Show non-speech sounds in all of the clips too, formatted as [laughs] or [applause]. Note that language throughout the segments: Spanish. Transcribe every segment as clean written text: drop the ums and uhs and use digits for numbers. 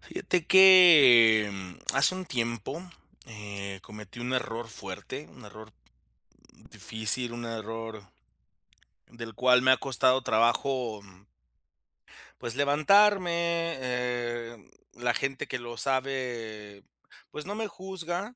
Fíjate que hace un tiempo cometí un error fuerte, un error difícil, un error del cual me ha costado trabajo, pues levantarme. La gente que lo sabe, pues no me juzga,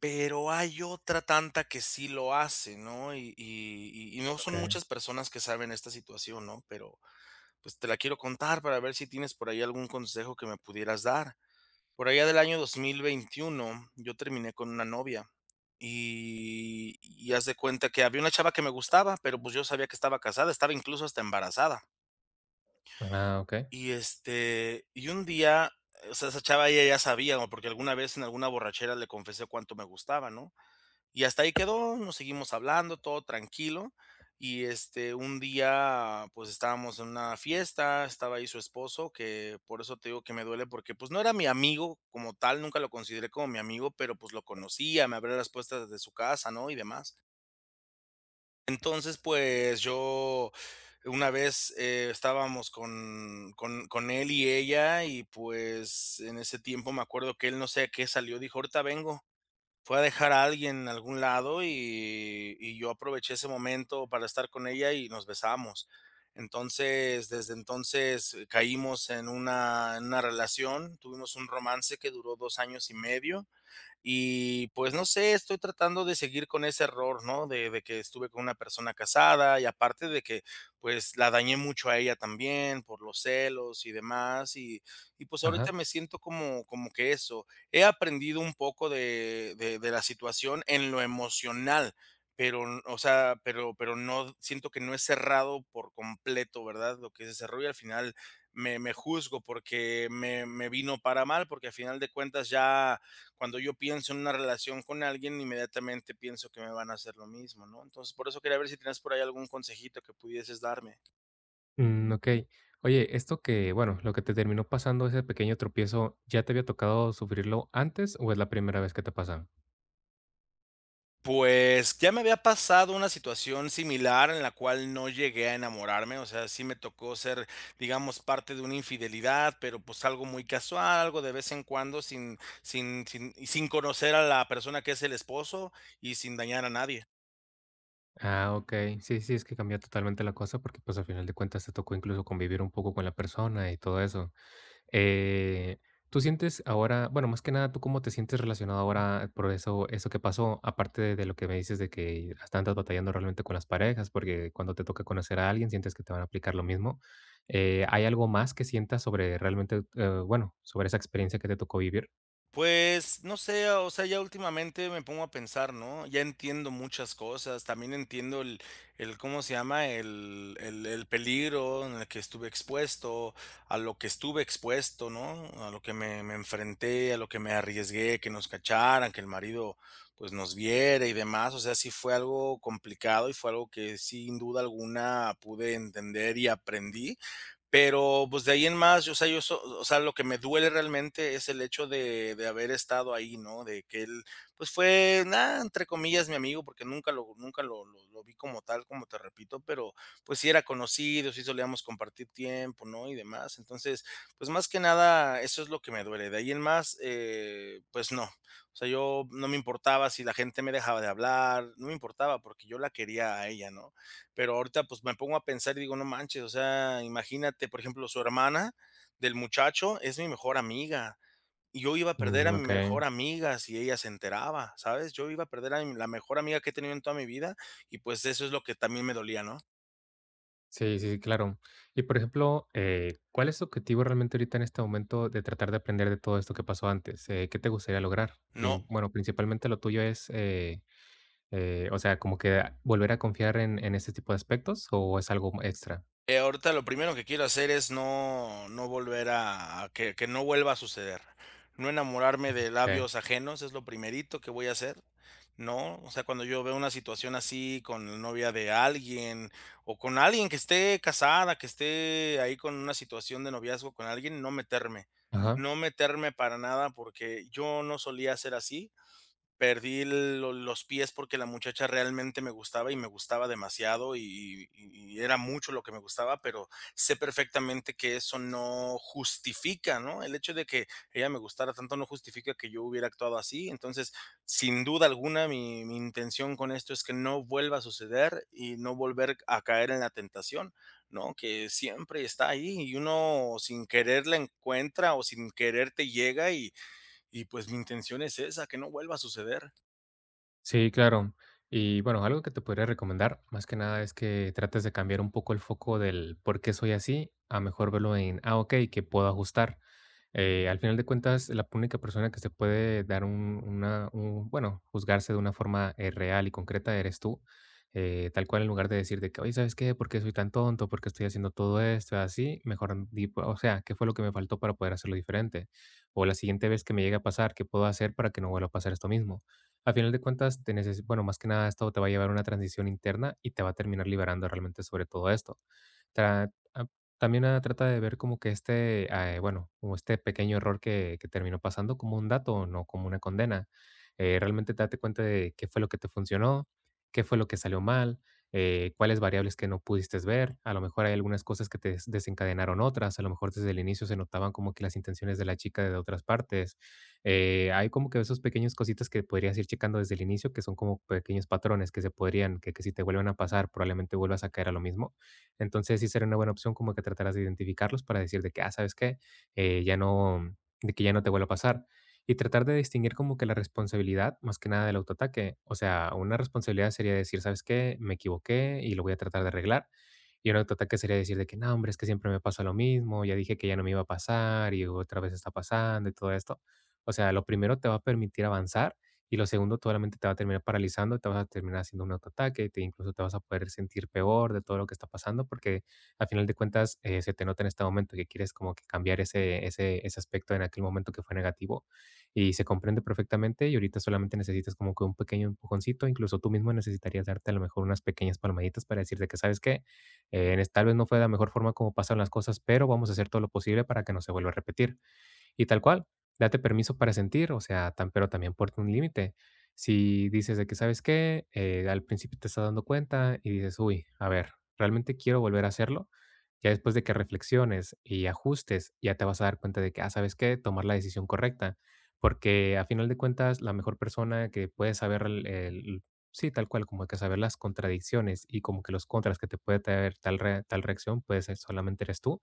pero hay otra tanta que sí lo hace, ¿no? Y no son Okey. muchas personas que saben esta situación, ¿no? Pero pues te la quiero contar para ver si tienes por ahí algún consejo que me pudieras dar. Por allá del año 2021, yo terminé con una novia y haz de cuenta que había una chava que me gustaba, pero, pues, yo sabía que estaba casada, estaba incluso hasta embarazada. Ah, okey. Y, este, y un día, o sea, esa chava ella ya sabía, ¿no? Porque alguna vez en alguna borrachera le confesé cuánto me gustaba, ¿no? Y hasta ahí quedó, nos seguimos hablando, todo tranquilo. Y este, un día, pues estábamos en una fiesta, estaba ahí su esposo, que por eso te digo que me duele, porque pues no era mi amigo como tal, nunca lo consideré como mi amigo, pero pues lo conocía, me abría las puertas de su casa, ¿no? Y demás. Entonces, pues yo una vez estábamos con él y ella, y pues en ese tiempo me acuerdo que él no sé a qué salió, dijo, ahorita vengo. Fue a dejar a alguien en algún lado y yo aproveché ese momento para estar con ella y nos besamos. Entonces, desde entonces caímos en una relación, tuvimos un romance que duró 2 años y medio. Y pues no sé, estoy tratando de seguir con ese error, ¿no? De que estuve con una persona casada y aparte de que pues la dañé mucho a ella también por los celos y demás. Y pues ahorita Ajá. me siento como, como que eso. He aprendido un poco de la situación en lo emocional, pero, o sea, pero no siento que no es cerrado por completo, ¿verdad? Lo que se cerró y al final me juzgo porque me vino para mal, porque al final de cuentas ya cuando yo pienso en una relación con alguien, inmediatamente pienso que me van a hacer lo mismo, ¿no? Entonces, por eso quería ver si tenías por ahí algún consejito que pudieses darme. Mm, okey. Oye, esto que, bueno, lo que te terminó pasando, ese pequeño tropiezo, ¿ya te había tocado sufrirlo antes o es la primera vez que te pasa? Pues ya me había pasado una situación similar en la cual no llegué a enamorarme, o sea, sí me tocó ser, digamos, parte de una infidelidad, pero pues algo muy casual, algo de vez en cuando, sin, sin, sin, y sin conocer a la persona que es el esposo y sin dañar a nadie. Ah, okey. Sí, sí, es que cambia totalmente la cosa porque, pues, al final de cuentas te tocó incluso convivir un poco con la persona y todo eso. Eh, ¿Tú sientes ahora, bueno, más que nada, tú cómo te sientes relacionado ahora por eso, eso que pasó, aparte de lo que me dices de que hasta andas batallando realmente con las parejas, porque cuando te toca conocer a alguien sientes que te van a aplicar lo mismo. ¿Hay algo más que sientas sobre realmente, bueno, sobre esa experiencia que te tocó vivir? Pues, no sé, o sea, ya últimamente me pongo a pensar, ¿no? Ya entiendo muchas cosas, también entiendo el ¿cómo se llama? El peligro en el que estuve expuesto, a lo que estuve expuesto, ¿no? A lo que me enfrenté, a lo que me arriesgué, que nos cacharan, que el marido pues nos viera y demás, o sea, sí fue algo complicado y fue algo que sin duda alguna pude entender y aprendí pero, pues, de ahí en más, yo, o sea, yo so o sea, lo que me duele realmente es el hecho de haber estado ahí, ¿no? De que él, pues, fue, nada, entre comillas, mi amigo, porque nunca lo vi como tal, como te repito, pero, pues, sí era conocido, sí solíamos compartir tiempo, ¿no? Y demás. Entonces, pues, más que nada, eso es lo que me duele. De ahí en más, pues no. O sea, yo no me importaba si la gente me dejaba de hablar, no me importaba porque yo la quería a ella, ¿no? Pero ahorita, pues, me pongo a pensar y digo: "No manches", o sea, imagínate, por ejemplo, su hermana del muchacho es mi mejor amiga, y yo iba a perder a Mm, mi ok, mejor amiga si ella se enteraba, ¿sabes? Yo iba a perder a mi la mejor amiga que he tenido en toda mi vida y, pues, eso es lo que también me dolía, ¿no? sí, sí, claro. Y por ejemplo, ¿cuál es tu objetivo realmente ahorita en este momento de tratar de aprender de todo esto que pasó antes? ¿Qué te gustaría lograr? No. Prin- bueno, principalmente lo tuyo es... o sea, como que volver a confiar en este tipo de aspectos, ¿o es algo extra? Ahorita lo primero que quiero hacer es no volver a que no vuelva a suceder. No enamorarme de Okey, labios ajenos, es lo primerito que voy a hacer, ¿no? O sea, cuando yo veo una situación así con la novia de alguien, o con alguien que esté casada, que esté ahí con una situación de noviazgo con alguien, no meterme. ajá. No meterme para nada, porque yo no solía ser así. Perdí lo los pies porque la muchacha realmente me gustaba y me gustaba demasiado, y era mucho lo que me gustaba, pero sé perfectamente que eso no justifica, ¿no? El hecho de que ella me gustara tanto no justifica que yo hubiera actuado así. Entonces, sin duda alguna, mi intención con esto es que no vuelva a suceder y no volver a caer en la tentación, ¿no? Que siempre está ahí y uno sin querer la encuentra o sin querer te llega y, pues, mi intención es esa, que no vuelva a suceder. Sí, claro. Y bueno, algo que te podría recomendar, más que nada, es que trates de cambiar un poco el foco del por qué soy así, a mejor verlo en, ah, ok, que puedo ajustar. Al final de cuentas, la única persona que se puede dar un, una, un- bueno, juzgarse de una forma real y concreta eres tú. Tal cual, en lugar de decir de que, oye, ¿sabes qué? ¿Por qué soy tan tonto? ¿Por qué estoy haciendo todo esto? Así, mejor, di, o sea, ¿qué fue lo que me faltó para poder hacerlo diferente? O la siguiente vez que me llegue a pasar, ¿qué puedo hacer para que no vuelva a pasar esto mismo? A final de cuentas, te neces bueno, más que nada esto te va a llevar a una transición interna y te va a terminar liberando realmente sobre todo esto. Tra ah, también, ah, trata de ver como que este, ah, bueno, como este pequeño error que terminó pasando como un dato, no como una condena. Realmente date cuenta de qué fue lo que te funcionó, qué fue lo que salió mal, cuáles variables que no pudiste ver. A lo mejor hay algunas cosas que te des desencadenaron otras. A lo mejor desde el inicio se notaban como que las intenciones de la chica de otras partes. Hay como que esos pequeños cositas que podrías ir checando desde el inicio, que son como pequeños patrones que se podrían, que si te vuelven a pasar, probablemente vuelvas a caer a lo mismo. Entonces sí sería una buena opción como que tratarás de identificarlos para decir de que, ah, ¿sabes qué? Ya no, de que ya no te vuelva a pasar. Y tratar de distinguir como que la responsabilidad, más que nada del autoataque. O sea, una responsabilidad sería decir, ¿sabes qué? Me equivoqué y lo voy a tratar de arreglar. Y un autoataque sería decir de que, no, hombre, es que siempre me pasa lo mismo, ya dije que ya no me iba a pasar y otra vez está pasando y todo esto. O sea, lo primero te va a permitir avanzar y lo segundo solamente te va a terminar paralizando, te vas a terminar haciendo un autoataque, te, incluso te vas a poder sentir peor de todo lo que está pasando porque al final de cuentas se te nota en este momento que quieres como que cambiar ese aspecto en aquel momento que fue negativo y se comprende perfectamente y ahorita solamente necesitas como que un pequeño empujoncito, incluso tú mismo necesitarías darte a lo mejor unas pequeñas palmaditas para decirte que sabes que tal vez no fue de la mejor forma como pasaron las cosas, pero vamos a hacer todo lo posible para que no se vuelva a repetir. Y tal cual, date permiso para sentir, o sea, tan, pero también ponte un límite. Si dices de que, ¿sabes qué? Al principio te estás dando cuenta y dices, uy, a ver, realmente quiero volver a hacerlo. Ya después de que reflexiones y ajustes, ya te vas a dar cuenta de que, ah, ¿sabes qué? Tomar la decisión correcta. Porque a final de cuentas, la mejor persona que puede saber, el- sí, tal cual, como que saber las contradicciones y como que los contras que te puede traer tal, re- tal reacción, puede ser solamente eres tú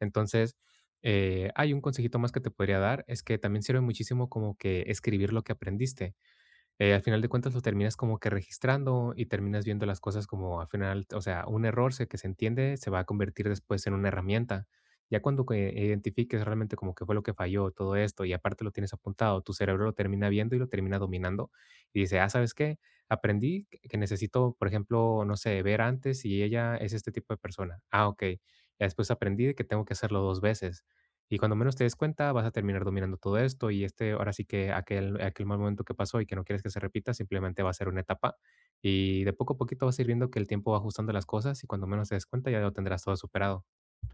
entonces, hay un consejito más que te podría dar, es que también sirve muchísimo como que escribir lo que aprendiste al final de cuentas lo terminas como que registrando y terminas viendo las cosas como al final, o sea, un error se- que se entiende se va a convertir después en una herramienta. Ya cuando que identifiques realmente como que fue lo que falló todo esto y aparte lo tienes apuntado, tu cerebro lo termina viendo y lo termina dominando y dice, ah, ¿sabes qué? Aprendí que necesito, por ejemplo, no sé, ver antes si ella es este tipo de persona. Ah, ok. Ya después aprendí de que tengo que hacerlo dos veces. Y cuando menos te des cuenta, vas a terminar dominando todo esto y este, ahora sí que aquel, aquel mal momento que pasó y que no quieres que se repita, simplemente va a ser una etapa. Y de poco a poquito vas a ir viendo que el tiempo va ajustando las cosas y cuando menos te des cuenta ya lo tendrás todo superado.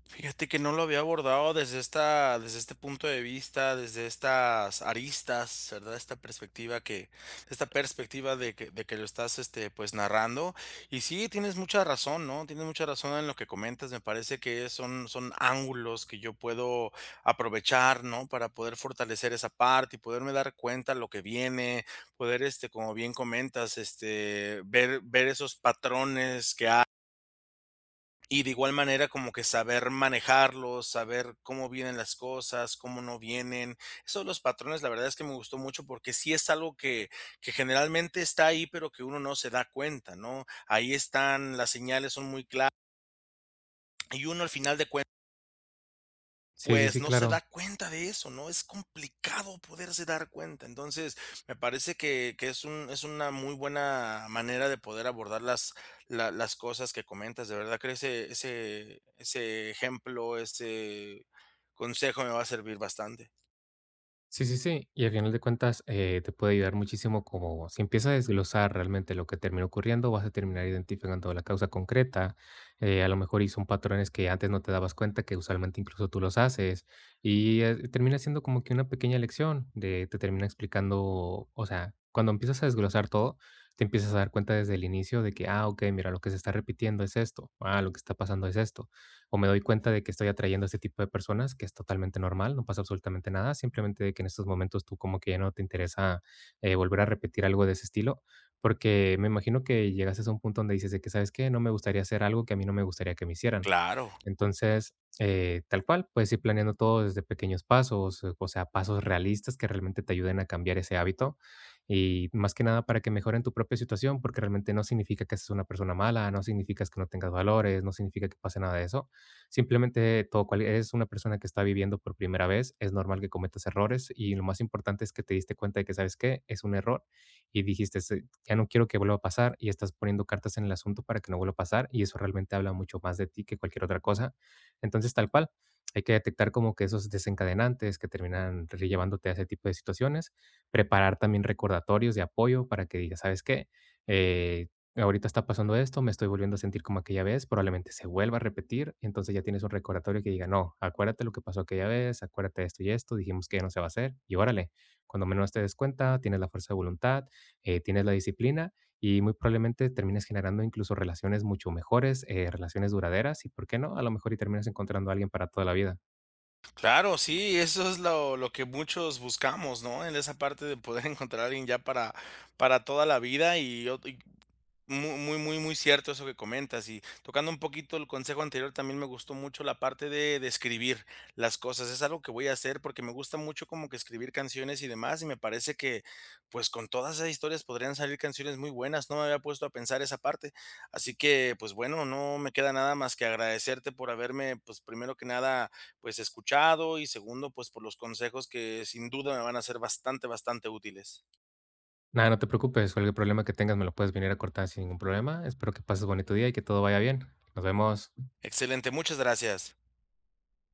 Fíjate que no lo había abordado desde esta, desde este punto de vista, desde estas aristas, ¿verdad? Esta perspectiva que, esta perspectiva de que lo estás, este, pues narrando. Y sí, tienes mucha razón, ¿no? Tienes mucha razón en lo que comentas. Me parece que son, son ángulos que yo puedo aprovechar, ¿no? Para poder fortalecer esa parte y poderme dar cuenta lo que viene, poder, este, como bien comentas, este, ver esos patrones que y de igual manera, como que saber manejarlos, saber cómo vienen las cosas, cómo no vienen. Eso de los patrones, la verdad es que me gustó mucho porque sí es algo que generalmente está ahí, pero que uno no se da cuenta, ¿no? Ahí están, las señales son muy claras y uno al final de cuen Sí, sí, pues sí, no se da claro. cuenta de eso, ¿no? Es complicado poderse dar cuenta. Entonces, me parece que es un, es una muy buena manera de poder abordar las, las cosas que comentas. De verdad que ese ejemplo, ese consejo me va a servir bastante. Sí, sí, sí. Y al final de cuentas, te puede ayudar muchísimo como si empiezas a desglosar realmente lo que terminó ocurriendo, vas a terminar identificando la causa concreta. A lo mejor y son patrones que antes no te dabas cuenta, que usualmente incluso tú los haces. Y termina siendo como que una pequeña lección de te termina explicando, o sea, cuando empiezas a desglosar todo, te empiezas a dar cuenta desde el inicio de que, ah, ok, mira, lo que se está repitiendo es esto, ah, lo que está pasando es esto o me doy cuenta de que estoy atrayendo a este tipo de personas, que es totalmente normal, no pasa absolutamente nada, simplemente de que en estos momentos tú como que ya no te interesa volver a repetir algo de ese estilo, porque me imagino que llegaste a un punto donde dices de que, ¿sabes qué? No me gustaría hacer algo que a mí no me gustaría que me hicieran. Claro, Entonces, tal cual, puedes ir planeando todo desde pequeños pasos, o sea, pasos realistas que realmente te ayuden a cambiar ese hábito y más que nada para que mejoren tu propia situación, porque realmente no significa que seas una persona mala, no significa que no tengas valores, no significa que pase nada de eso. Simplemente todo cual es una persona que está viviendo por primera vez, es normal que cometas errores y lo más importante es que te diste cuenta de que sabes qué es un error y dijiste "Este ya no quiero que vuelva a pasar y estás poniendo cartas en el asunto para que no vuelva a pasar y eso realmente habla mucho más de ti que cualquier otra cosa. Entonces, tal cual, hay que detectar como que esos desencadenantes que terminan re- llevándote a ese tipo de situaciones, preparar también recordatorios de apoyo para que digas, ¿sabes qué? Eh, ahorita está pasando esto, me estoy volviendo a sentir como aquella vez, probablemente se vuelva a repetir, entonces ya tienes un recordatorio que diga, no, acuérdate lo que pasó aquella vez, acuérdate de esto y esto, dijimos que ya no se va a hacer, y órale, cuando menos te des cuenta, tienes la fuerza de voluntad, tienes la disciplina y muy probablemente termines generando incluso relaciones mucho mejores, relaciones duraderas y, ¿por qué no? A lo mejor y terminas encontrando a alguien para toda la vida. claro, sí, eso es lo que muchos buscamos, ¿no? En esa parte de poder [laughs] encontrar a alguien ya para toda la vida , y Mu muy, muy, muy cierto eso que comentas, y tocando un poquito el consejo anterior, también me gustó mucho la parte de escribir las cosas. Es algo que voy a hacer porque me gusta mucho como que escribir canciones y demás, y me parece que, pues, con todas esas historias podrían salir canciones muy buenas. No me había puesto a pensar esa parte. Así que, pues, bueno, no me queda nada más que agradecerte por haberme, pues, primero que nada, pues, escuchado y segundo, pues, por los consejos que sin duda me van a ser bastante, bastante útiles. Nada, no te preocupes, cualquier problema que tengas me lo puedes venir a cortar sin ningún problema. Espero que pases bonito día y que todo vaya bien. Nos vemos. Excelente, muchas gracias.